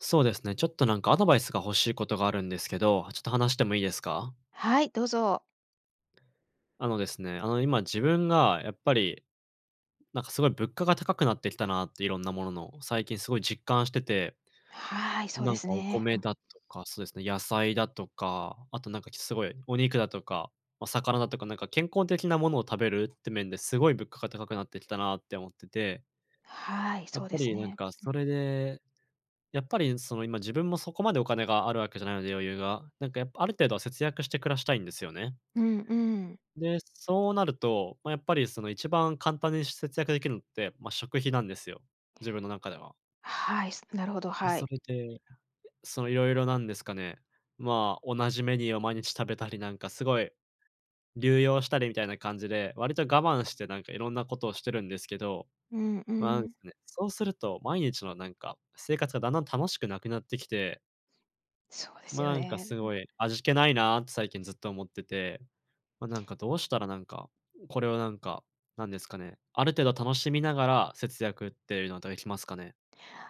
そうですね。ちょっとなんかアドバイスが欲しいことがあるんですけど、ちょっと話してもいいですか？はい、どうぞ。あのですね、今自分がやっぱり、なんかすごい物価が高くなってきたなっていろんなものの、最近すごい実感してて、はい、そうなでんかすおね。米だとか、そうですね、野菜だとか、あとなんかすごいお肉だとか、まあ、魚だとか、なんか健康的なものを食べるって面ですごい物価が高くなってきたなって思ってて、はい、やそっうぱですりなんね。かそれでやっぱりその今自分もそこまでお金があるわけじゃないので余裕が、なんかやっぱある程度は節約して暮らしたいんですよね。うんうん。で、そうなると、まあ、やっぱりその一番簡単に節約できるのって、まあ、食費なんですよ、自分の中では。はい、なるほど、で、はそい。れで、そのいろいろなんですかね、まあ、同じメニューを毎日食べたりなんかすごい流用したりみたいな感じで、割と我慢してなんかいろんなことをしてるんですけど、うんうまあ、なんでん。すかね、そうすると毎日のなんか生活がだんだん楽しくなくなってきて、そうですま、よなんかね。すごい味気ないなって最近ずっと思ってて、ま、なんかどうしたらなんか、これをなんか、なんですかね、ある程度楽しみながら節約っていうのはできますかね？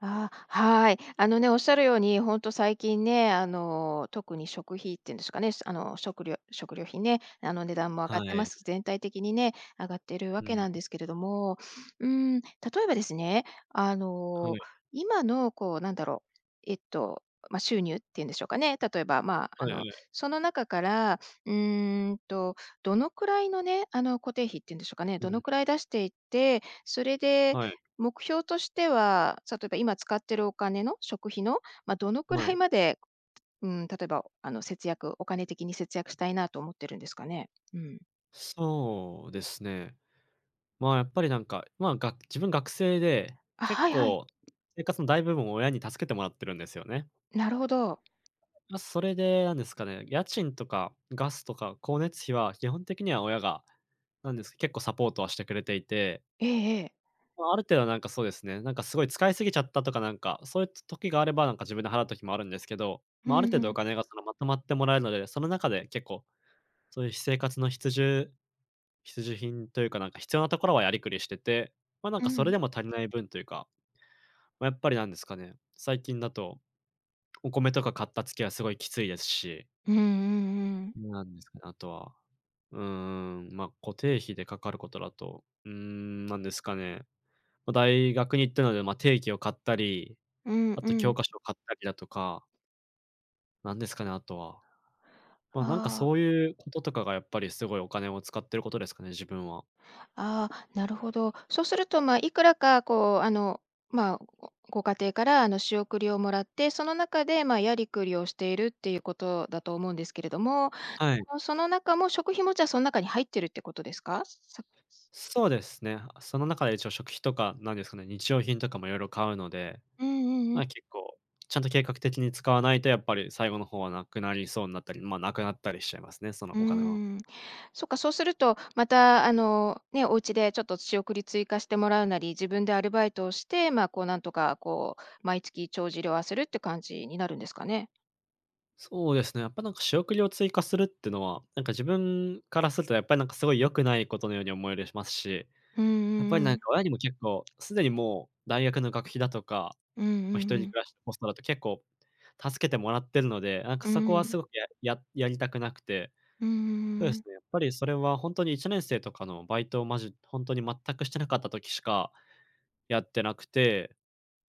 ああ、はい。あのね、おっしゃるように、本当最近ね、あの、特に食費っていうんですかね、あの、食料費ね、あの、値段も上がはってまい。す。全体的にね、上がってるわうけん。なんですけれども、うん、例えばですね、あはの、い。今のこう、なんだろう、まあ、収入っていうんでしょうかね、例えば、まあ、はあいはの、い。その中から、うーんと、どのくらいのね、あの、固定費っていうんでしょうかね、うどのん。くらい出していって、それではい。目標としては、例えば今使ってるお金の食費の、まあ、どのくはらいい。まで、うん、例えば、あの、節約お金的に節約したいなと思ってるんですかね？うん。そうですね。まあ、やっぱりなんか、まあ、が自分学生で、あ、結はいはい。構生活の大部分を親に助けてもらってるんですよね。なるほど。ま、それでなんですかね、家賃とかガスとか光熱費は基本的には親がなんです、結構サポートはしてくれていて、ええええ。まあ、ある程度なんかそうですね、なんかすごい使いすぎちゃったとかなんか、そういう時があれば、なんか自分で払う時もあるんですけど、うまあ、あるん程う度おん。金がそのまとまってもらえるので、その中で結構、そういう生活の必需品というか、なんか必要なところはやりくりしてて、ま、なんうかそれん。でも足りない分というか、まあ、やっぱりなんですかね、最近だとお米とか買った月はすごいきついですし、うんうんうん。なんですかね、あとは、うーん、ま、固定費でかかることだと、うーん、なんですかね、ま、大学に行ったので、ま、定期を買ったり、うんあうと教ん。科書を買ったりだとか、なんですかね、あとは。ま、なんかあそういうこととかがやっぱりすごいお金を使ってることですかね、自分は。あ、ああ、なるほど。そうすると、まあ、いくらかこう、あの、まあ、ご家庭から、あの、仕送りをもらって、その中で、まあ、やりくりをしているっていうことだと思うんですけれども、はい。あ、その中も食費もじゃあ、そん中に入ってるってことですか？さそうですね。その中で一応食費とか、なんですかね、日用品とかも色々買うので、うんうんうん。ま、結構、ちゃんと計画的に使わないとやっぱり最後の方はなくなりそうになったり、ま、なくなったりしちゃいますね、そのうーお金は。ん。そっか、そうすると、また、あの、ね、お家でちょっと仕送り追加してもらうなり、自分でアルバイトをして、まあ、こう、なんとか、こう、毎月帳尻を合わせるって感じになるんですかね？そうですね、やっぱなんか仕送りを追加するってのは、なんか自分からするとやっぱりなんかすごい良くないことのように思えるしますし、うんやっぱりうなんかん。親にも結構、すでにもう大学の学費だとか、うんうまあ、ん一う人ん。暮らしのコストだと結構助けてもらってるので、なんかうそこはすん。ごくやりたくなくて、うんうんそううですん。ね、やっぱりそれは本当に1年生とかのバイトをまじ本当に全くしてなかった時しかやってなくて、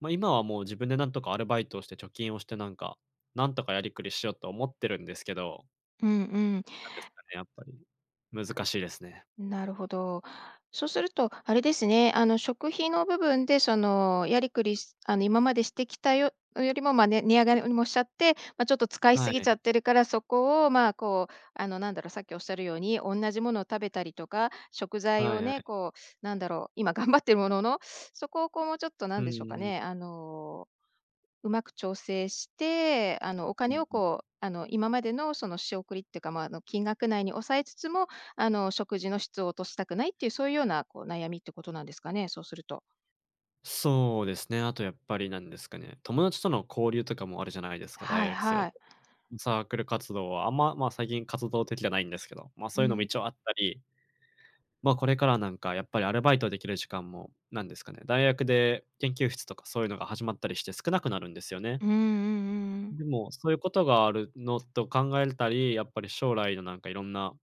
まあ、今はもう自分でなんとかアルバイトをして貯金をしてなんか、なんとかやりくりしようと思ってるんですけど、うんうん。なんですかね、やっぱり難しいですね。なるほど。そうすると、あれですね、あの、食費の部分で、その、やりくりしあの、今までしてきたよりも、ま、ね値上がりもしちゃって、まあ、ちょっと使いはすぎちゃい。ってるから、そこを、ま、あこう、あの、なんだろう、さっきおっしゃるように、同じものを食べたりとか、食材はをいはね、い。こう、なんだろう、今頑張ってるものの、そこをこう、もうちょっとなうんんでしょうかうん。ね、あのうまく調整して、あの、おう金んをうん。こう、あの、今までのその仕送りっていうか、まあ、あの、金額内に抑えつつも、あの、食事の質を落としたくないっていうそういうようなこう悩みってことなんですかね、そうすると。そうですね。あとやっぱりなんですかね、友達との交流とかもあるじゃないですか、は大い学生だはと。い。サークル活動はあんま、ま、最近活動的じゃないんですけど、ま、そうういうのもん。一応あったり、ま、これからなんかやっぱりアルバイトできる時間も、なんですかね、大学で研究室とかそういうのが始まったりして少なくなるんですよね。うんうんうんうん。でも、そういうことがあるのと考えたり、やっぱり将来のなんかいろんな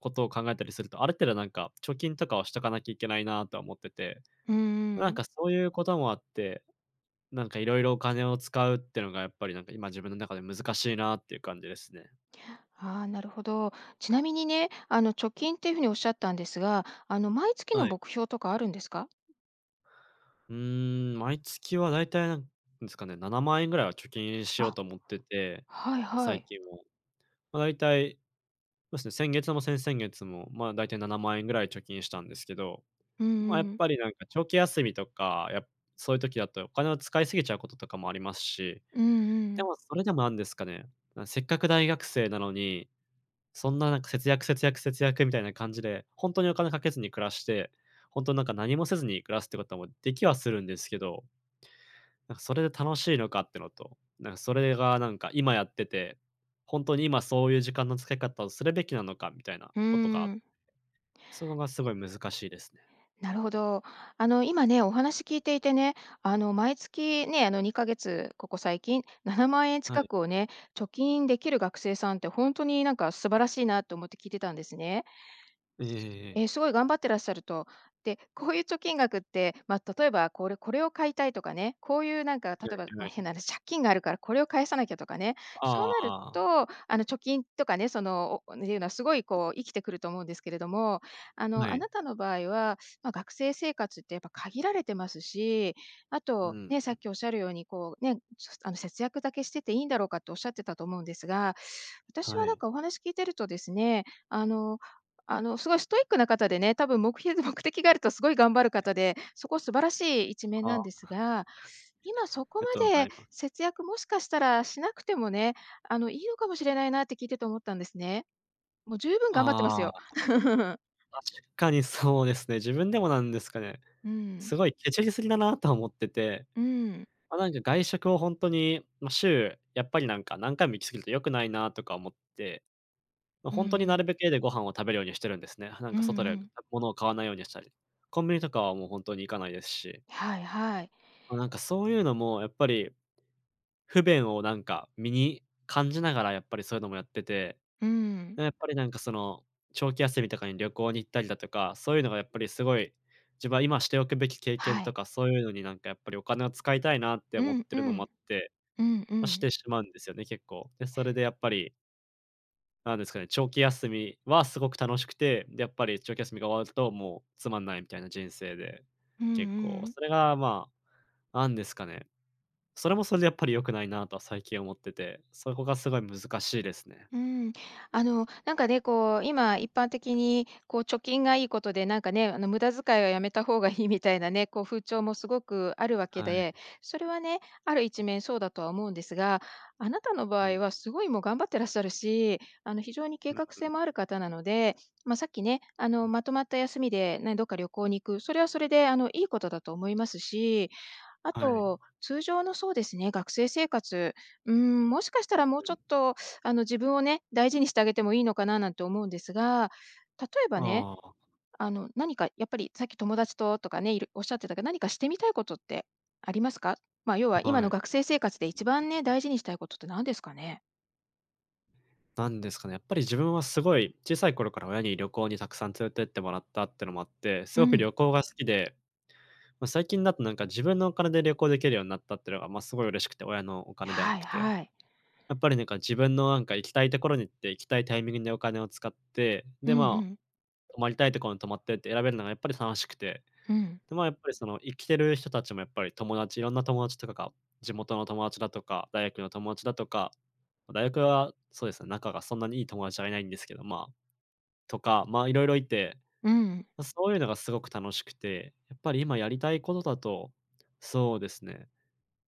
ことを考えたりすると、ある程度なんか貯金とかをしとかなきゃいけないなとは思ってて、うんうなんん。かそういうこともあってなんか、いろいろお金を使うってのが、やっぱり、なんか、今自分の中で難しいなっていう感じですね。ああ、なるほど。ちなみにね、あの、貯金っていうふうにおっしゃったんですが、あの、毎月はのい。目標とかあるんですか？うーん、毎月はだいたい、なんですかね、7万円ぐらいは貯金しようあ、と思ってて、はいは最い。近は。まあ、だいたい、そうですね、先月も先々月も、まあ、だいたい7万円ぐらい貯金したんですけど、うんまあ、やっうん。ぱり、なんか、長期休みとか、そういう時だとお金を使いすぎちゃうこととかもありますし、うんうでん。もそれでもなんですかね、せっかく大学生なのに、そんななんか節約節約節約みたいな感じで、ほんとにお金かけずに暮らして、ほんとなんか何もせずに暮らすってこともできはするんですけど、なんかそれで楽しいのかってのと、なんかそれがなんか今やってて、ほんとに今そういう時間の使い方をするべきなのかみたいなうことが、ん。そこがすごい難しいですね。なるほど。あの、今ね、お話聞いていてね、あの、毎月ね、あの、2ヶ月、ここ最近、7万円は近い。くをね、貯金できる学生さんって、本当になんか素晴らしいなと思って聞いてたんですね。ええええええ。すごい頑張ってらっしゃると。で、こういう貯金額って、まあ、例えばこれこれを買いたいとかね、こういうなんか例はえば、いまはあ、い。変な話、借金があるからこれを返さなきゃとかね、そうなるあああと、あの、貯金とかね、その、おっていうのはすごいこう生きてくると思うんですけれども、ああ、はの、あい。なたの場合は、まあ、学生生活ってやっぱ限られてますし、あうと、ん。ね、さっきおっしゃるようにこうね、あの、節約だけしてていいんだろうかっておっしゃってたと思うんですが、私ははなんい。かお話聞いてるとですね、あの、あの、すごいストイックな方でね、多分目標 目的があるとすごい頑張る方で、そこ素晴らしい一面ああ、なあんですりが、今そこがまとうござでいます。節約もしかしたらしなくてもね、あの、いいのかもしれないなって聞いてて思ったんですね。もう十分頑張ってまあすよ。あ、確かにそうですね。自分でもなんですかね、うん。すごいケチりすぎだなとは思ってて、うん。ま、なんか外食をほんとに、ま、週やっぱりなんか何回も行き過ぎると良くないなとか思って、ま、うほんんうとになるん。べく家でご飯を食べるようにしてるんですね。なんうんか外うでん。物を買わないようにしたり、コンビニとかはもうほんとに行かないですし、はいはい。ま、なんかそういうのもやっぱり不便をなんか身に感じながらやっぱりそういうのもやってて、うん。やっぱりなんかその、長期休みとかに旅行に行ったりだとか、そういうのがやっぱりすごい、自分は今しておくべき経験はとい。か、そういうのになんかやっぱりお金を使いたいなってう思っんてうるのもあっん。て、うんうま、しん。てしまうんですよね、結構。で、それでやっぱり、なんですかね、長期休みはすごく楽しくて、で、やっぱり長期休みが終わるともうつまんないみたいな人生で、うんう結構、ん。それがまあ、なんですかね、それもそれでやっぱり良くないなとは最近思ってて、そこがすごい難しいですね。うん、あの、なんかね、こう、今一般的に、こう、貯金がいいことで、なんかね、あの、無駄遣いはやめた方がいいみたいなね、こう、風潮もすごくあるわけはい。で、それはね、ある一面そうだとは思うんですが、あなたの場うん。合はすごいもう頑張ってらっしゃるし、あの、非常にう計ん画う性ん。もある方なので、まあ、さっきね、あうの、ん。まとまった休みでね、どっか旅行に行く、それはそれで、あの、いいことだと思いますし、あはい。と、通常のそうですね、学生生活、うん、もしかしたらもうちょっとあの、自分をね、大事にしてあげてもいいのかななんて思うんですが、例えばね、ああの、何かやっぱりさっき友達ととかね、いろおっしゃってたけど、何かしてみたいことってありますか？まあ、要あ、は今はの学い。生生活で一番ね、大事にしたいことって何ですかね？なんですかね、やっぱり自分はすごい小さい頃から親に旅行にたくさん連れてってもらったってのもあって、すうごく旅ん。行が好きで、まあ、最近だとなんか自分のお金で旅行できるようになったってのが、まあ、すごい嬉しくて、親のお金でははないくて。はい。やっぱりなんか自分のなんか行きたいところに行って、行きたいタイミングでお金を使って、うで、んうまん。あ、泊まりたいところに泊まってって選べるのがやっぱり楽しくて、うん。で、まあ、やっぱりその生きてる人たちもやっぱりいろんな友達とかが、地元の友達だとか、大学の友達だとか、大学はそうですね、仲がそんなにいい友達はいないんですけど、まあ、とか、まあ、いろいろいて、うん。ま、そういうのがすごく楽しくて、やっぱり今やりたいことだと、そうですね、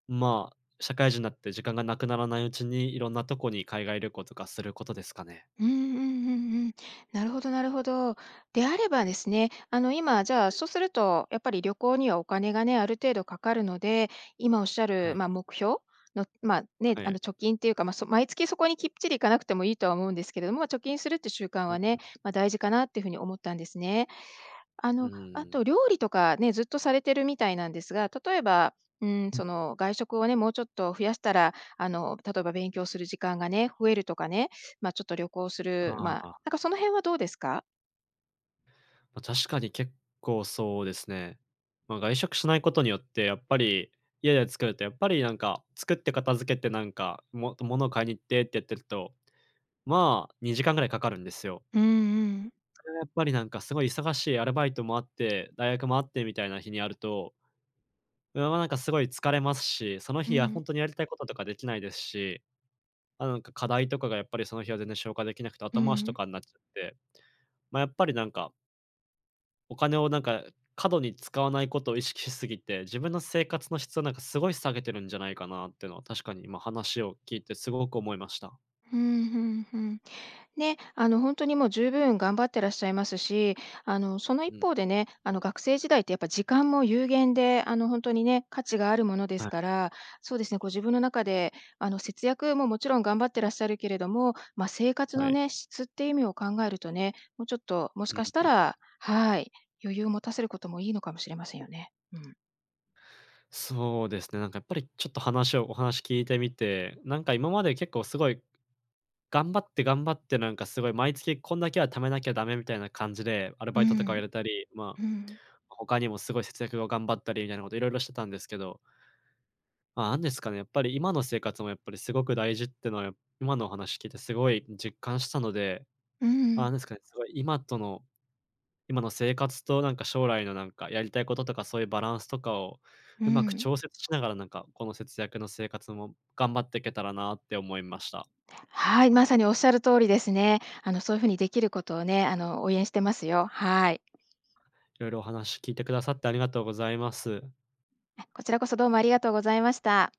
まあ、社会人になって時間がなくならないうちに、いろんなとこに海外旅行とかすることですかね。うんうんうんうん。なるほどなるほど。であればですね、あの、今、じゃあ、そうすると、やっぱり旅行にはお金がね、ある程度かかるので、今おっしゃはる、い。まあ、目標の、ま、ね、はあの、い。貯金っていうか、まあ、毎月そこにきっちり行かなくてもいいとは思うんですけれども、貯金するって習慣うはんうね、ん。まあ、大事かなっていうふうに思ったんですね。あの、あとう料理とかね、ずっとされてるみたいなんですが、例えば、うん、ん。その外食をね、もうちょっと増やしたら、あの、例えば勉強する時間がね、増えるとかね、ま、あちょっと旅行する、あまあ、あ。なんかその辺はどうですか？まあ、確かに結構そうですね。まあ、外食しないことによって、やっぱり家で作るとやっぱりなんか、作って片付けてなんか、も物を買いに行ってってやってると、まあ、2時間ぐらいかかるんですよ。うんうん。それがやっぱりなんかすごい忙しいアルバイトもあって、大学もあってみたいな日にやると、うわ、まなんかすごい疲れますし、そのう日はん。本当にやりたいこととかできないですし、まあ、なんか課題とかがやっぱりその日は全然消化できなくてう後回しとん。かになっちゃって、まあ、やっぱりなんかお金をなんか過度に使わないことを意識しすぎて、自分の生活の質をなんかすごい下げてるんじゃないかなっていうのは、確かに今話を聞いてすごく思いました。うんうんうん。ね、あの、本当にもう十分頑張ってらっしゃいますし、あの、そのう一ん。方でね、あうの、ん。学生時代ってやっぱ時間も有限で、あの、本当にね、価値があるものですはかいら、そうですね、ご自分の中で、あの、節約ももちろん頑張ってらっしゃるけれども、まあ、生活はのい。ね、質っていう意味を考えるとね、もうちょっと、もしうんかしたうん。らはい、余裕を持たせることもいいのかもしれませんよね。うん。そうですね、なんかやっぱりちょっとお話聞いてみて、なんか今まで結構すごい頑張って頑張ってなんかすごい毎月こんだけは貯めなきゃダメみたいな感じで、アルバうイトとかをん、入れたり、まうん、あ、他にもすごい節約を頑張ったりみたいなこといろいろしてたんですけど、まあ、なんですかね、やっぱり今の生活もやっぱりすごく大事ってのは、今のお話聞いてすごい実感したので、うああ、なんん、ですかね、すごい今の生活となんか将来のなんかやりたいこととか、そういうバランスとかをううまくん。調節しながら、なんかこの節約の生活も頑張っていけたらなって思いました。はい、まさにおっしゃる通りですね。あの、そういう風にできることをね、あの、応援してますよ。はい。いろいろお話聞いてくださってありがとうございます。こちらこそどうもありがとうございました。